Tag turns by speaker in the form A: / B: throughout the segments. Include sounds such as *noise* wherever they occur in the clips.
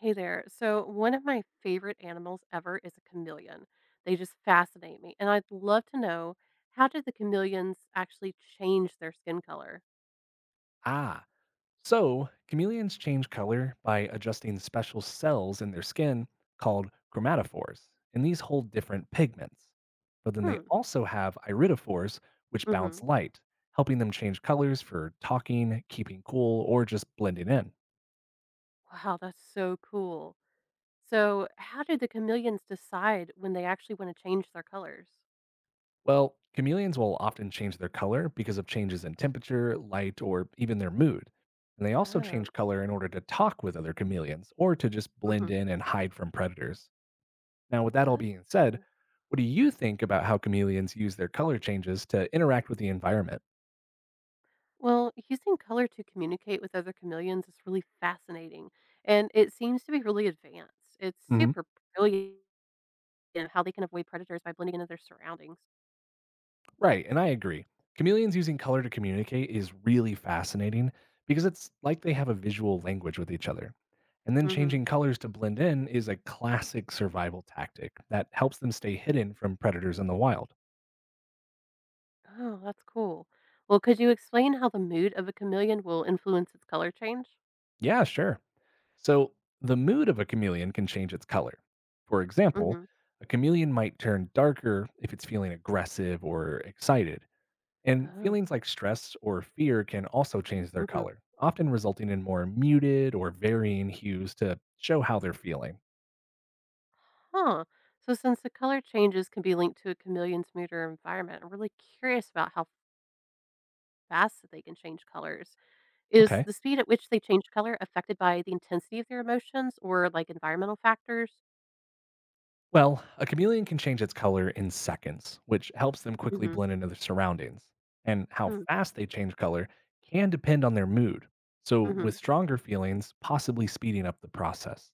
A: Hey there. So, one of my favorite animals ever is a chameleon. They just fascinate me. And I'd love to know, how do the chameleons actually change their skin color?
B: Ah, so chameleons change color by adjusting special cells in their skin called chromatophores, and these hold different pigments. But then they
A: Hmm.
B: also have iridophores, which bounce
A: Hmm.
B: light, helping them change colors for talking, keeping cool, or just blending in.
A: Wow, that's so cool. So, how do the chameleons decide when they actually want to change their colors?
B: Well, chameleons will often change their color because of changes in temperature, light, or even their mood. And they also
A: Oh.
B: change color in order to talk with other chameleons or to just
A: Hmm.
B: blend in and hide from predators. Now, with that all
A: Oh,
B: being said,
A: okay.
B: what do you think about how chameleons use their color changes to interact with the environment?
A: Well, using color to communicate with other chameleons is really fascinating. And it seems to be really advanced. It's
B: hmm
A: super brilliant. And how they can avoid predators by blending into their surroundings.
B: Right, and I agree. Chameleons using color to communicate is really fascinating because it's like they have a visual language with each other. And then
A: Mhm.
B: changing colors to blend in is a classic survival tactic that helps them stay hidden from predators in the wild.
A: Oh, that's cool. Well, could you explain how the mood of a chameleon will influence its color change?
B: Yeah, sure. So, the mood of a chameleon can change its color. For example,
A: Mhm.
B: a chameleon might turn darker if it's feeling aggressive or excited. And
A: Oh.
B: feelings like stress or fear can also change their
A: Mhm.
B: color, often resulting in more muted or varying hues to show how they're feeling.
A: Huh. So since the color changes can be linked to a chameleon's mood or environment, I'm really curious about how fast that they can change colors. Is
B: Okay.
A: the speed at which they change color affected by the intensity of their emotions or like environmental factors?
B: Well, a chameleon can change its color in seconds, which helps them quickly
A: Mhm.
B: blend into their surroundings. And how
A: Mm.
B: fast they change color can depend on their mood. So, with
A: Mhm.
B: stronger feelings, possibly speeding up the process.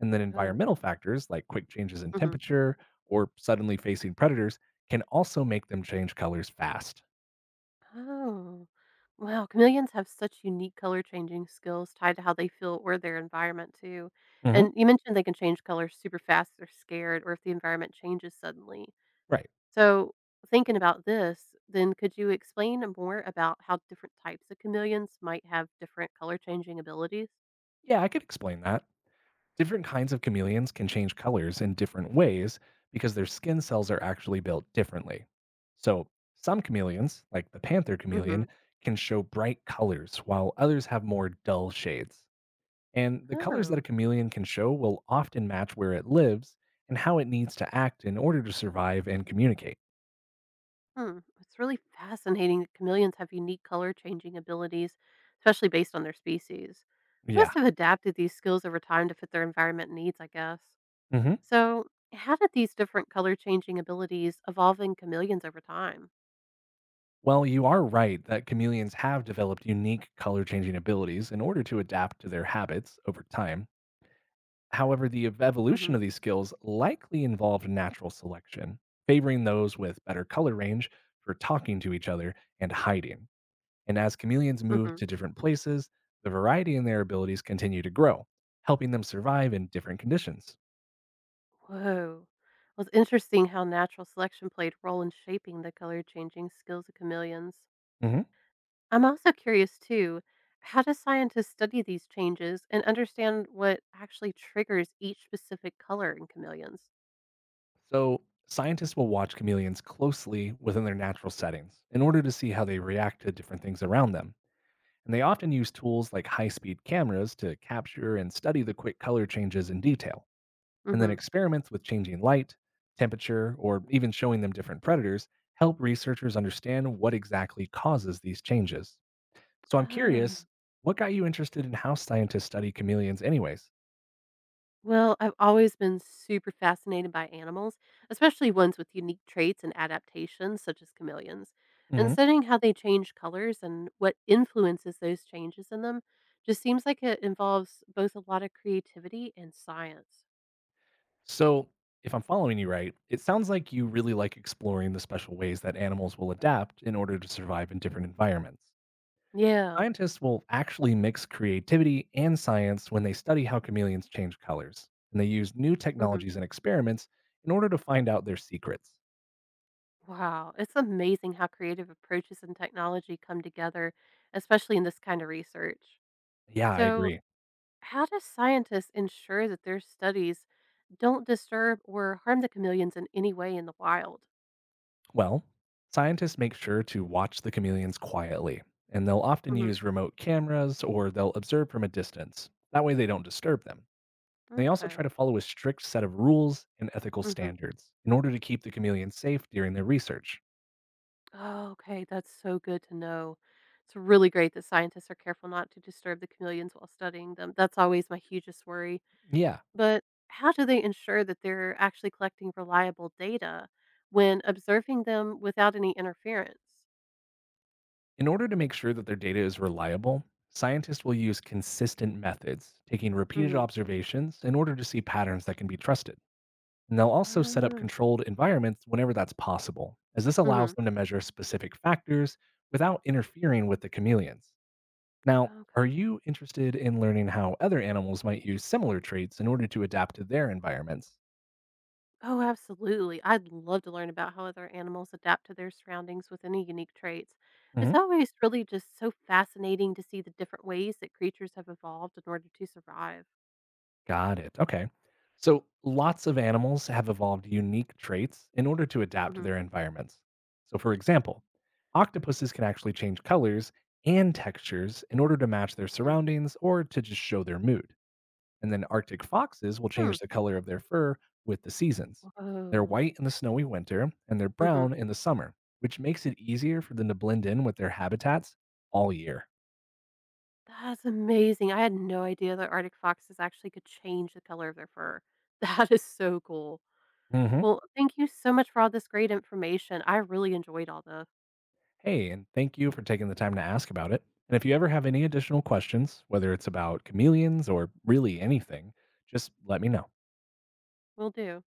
B: And then
A: Oh.
B: environmental factors like quick changes in
A: Mhm.
B: temperature or suddenly facing predators can also make them change colors fast.
A: Oh. Wow, chameleons have such unique color changing skills tied to how they feel or their environment too.
B: Mhm.
A: And you mentioned they can change colors super fast if they're scared or if the environment changes suddenly.
B: Right.
A: So thinking about this, then could you explain more about how different types of chameleons might have different color changing abilities?
B: Yeah, I could explain that. Different kinds of chameleons can change colors in different ways because their skin cells are actually built differently. So, some chameleons, like the panther chameleon, can show bright colors while others have more dull shades. And the colors that
A: Mm-hmm.
B: a chameleon can show will often match where it lives and how it needs to act in order to survive and communicate.
A: Hmm. It's really fascinating that chameleons have unique color changing abilities, especially based on their species. They
B: Yeah.
A: must have adapted these skills over time to fit their environment needs, I guess.
B: hmm
A: So, how did these different color changing abilities evolve in chameleons over time?
B: Well, you are right that chameleons have developed unique color changing abilities in order to adapt to their habits over time. However, the evolution
A: Hmm.
B: of these skills likely involved natural selection, favoring those with better color range for talking to each other and hiding. And as chameleons moved
A: Hmm.
B: to different places, the variety in their abilities continued to grow, helping them survive in different conditions.
A: Whoa. Well, it's interesting how natural selection played a role in shaping the color changing skills of chameleons.
B: Mhm.
A: I'm also curious too, how do scientists study these changes and understand what actually triggers each specific color in chameleons?
B: So, scientists will watch chameleons closely within their natural settings in order to see how they react to different things around them. And they often use tools like high speed cameras to capture and study the quick color changes in detail. And then
A: Hmm.
B: experiments with changing light, temperature, or even showing them different predators help researchers understand what exactly causes these changes. So I'm
A: Oh,
B: curious, what got you interested in how scientists study chameleons, anyways?
A: well, I've always been super fascinated by animals, especially ones with unique traits and adaptations, such as chameleons. And
B: hmm
A: studying how they change colors and what influences those changes in them just seems like it involves both a lot of creativity and science.
B: So, if I'm following you right, it sounds like you really like exploring the special ways that animals will adapt in order to survive in different environments.
A: Yeah.
B: Scientists will actually mix creativity and science when they study how chameleons change colors, and they use new technologies and experiments in order to find out their secrets.
A: Wow, it's amazing how creative approaches and technology come together, especially in this kind of research.
B: Yeah, I
A: So,
B: agree.
A: how do scientists ensure that their studies don't disturb or harm the chameleons in any way in the wild?
B: Well, scientists make sure to watch the chameleons quietly, and they'll often
A: Hmm.
B: use remote cameras or they'll observe from a distance. That way, they don't disturb them. They also
A: Okay.
B: try to follow a strict set of rules and ethical
A: Hmm.
B: standards in order to keep the chameleons safe during their research.
A: Oh, okay, that's so good to know. It's really great that scientists are careful not to disturb the chameleons while studying them. That's always my hugest worry.
B: Yeah.
A: But how do they ensure that they're actually collecting reliable data when observing them without any interference?
B: In order to make sure that their data is reliable, scientists will use consistent methods, taking repeated
A: Mhm.
B: observations in order to see patterns that can be trusted. And they'll also set up
A: Oh.
B: controlled environments whenever that's possible, as this allows
A: Mhm.
B: them to measure specific factors without interfering with the chameleons. Now, are
A: Okay.
B: you interested in learning how other animals might use similar traits in order to adapt to their environments?
A: Oh, absolutely. I'd love to learn about how other animals adapt to their surroundings with any unique traits. It's always really just so fascinating to see the different ways that creatures have evolved in order to survive.
B: Got it. Okay. So lots of animals have evolved unique traits in order to adapt to
A: Mhm.
B: their environments. So, for example, octopuses can actually change colors and textures in order to match their
A: Mhm.
B: surroundings or to just show their mood. And then Arctic foxes will
A: Hmm.
B: change the color of their fur with the seasons. They're
A: Whoa.
B: white in the snowy winter and they're
A: Mhm.
B: brown in the summer, which makes it easier for them to blend in with their habitats all year.
A: That's amazing. I had no idea that Arctic foxes actually could change the color of their fur. *laughs* That is so cool.
B: Mm-hmm.
A: Well, thank you so much for all this great information. I really enjoyed all the.
B: Hey, and thank you for taking the time to ask about it. And if you ever have any additional questions, whether it's about chameleons or really anything, just let me know.
A: Will do.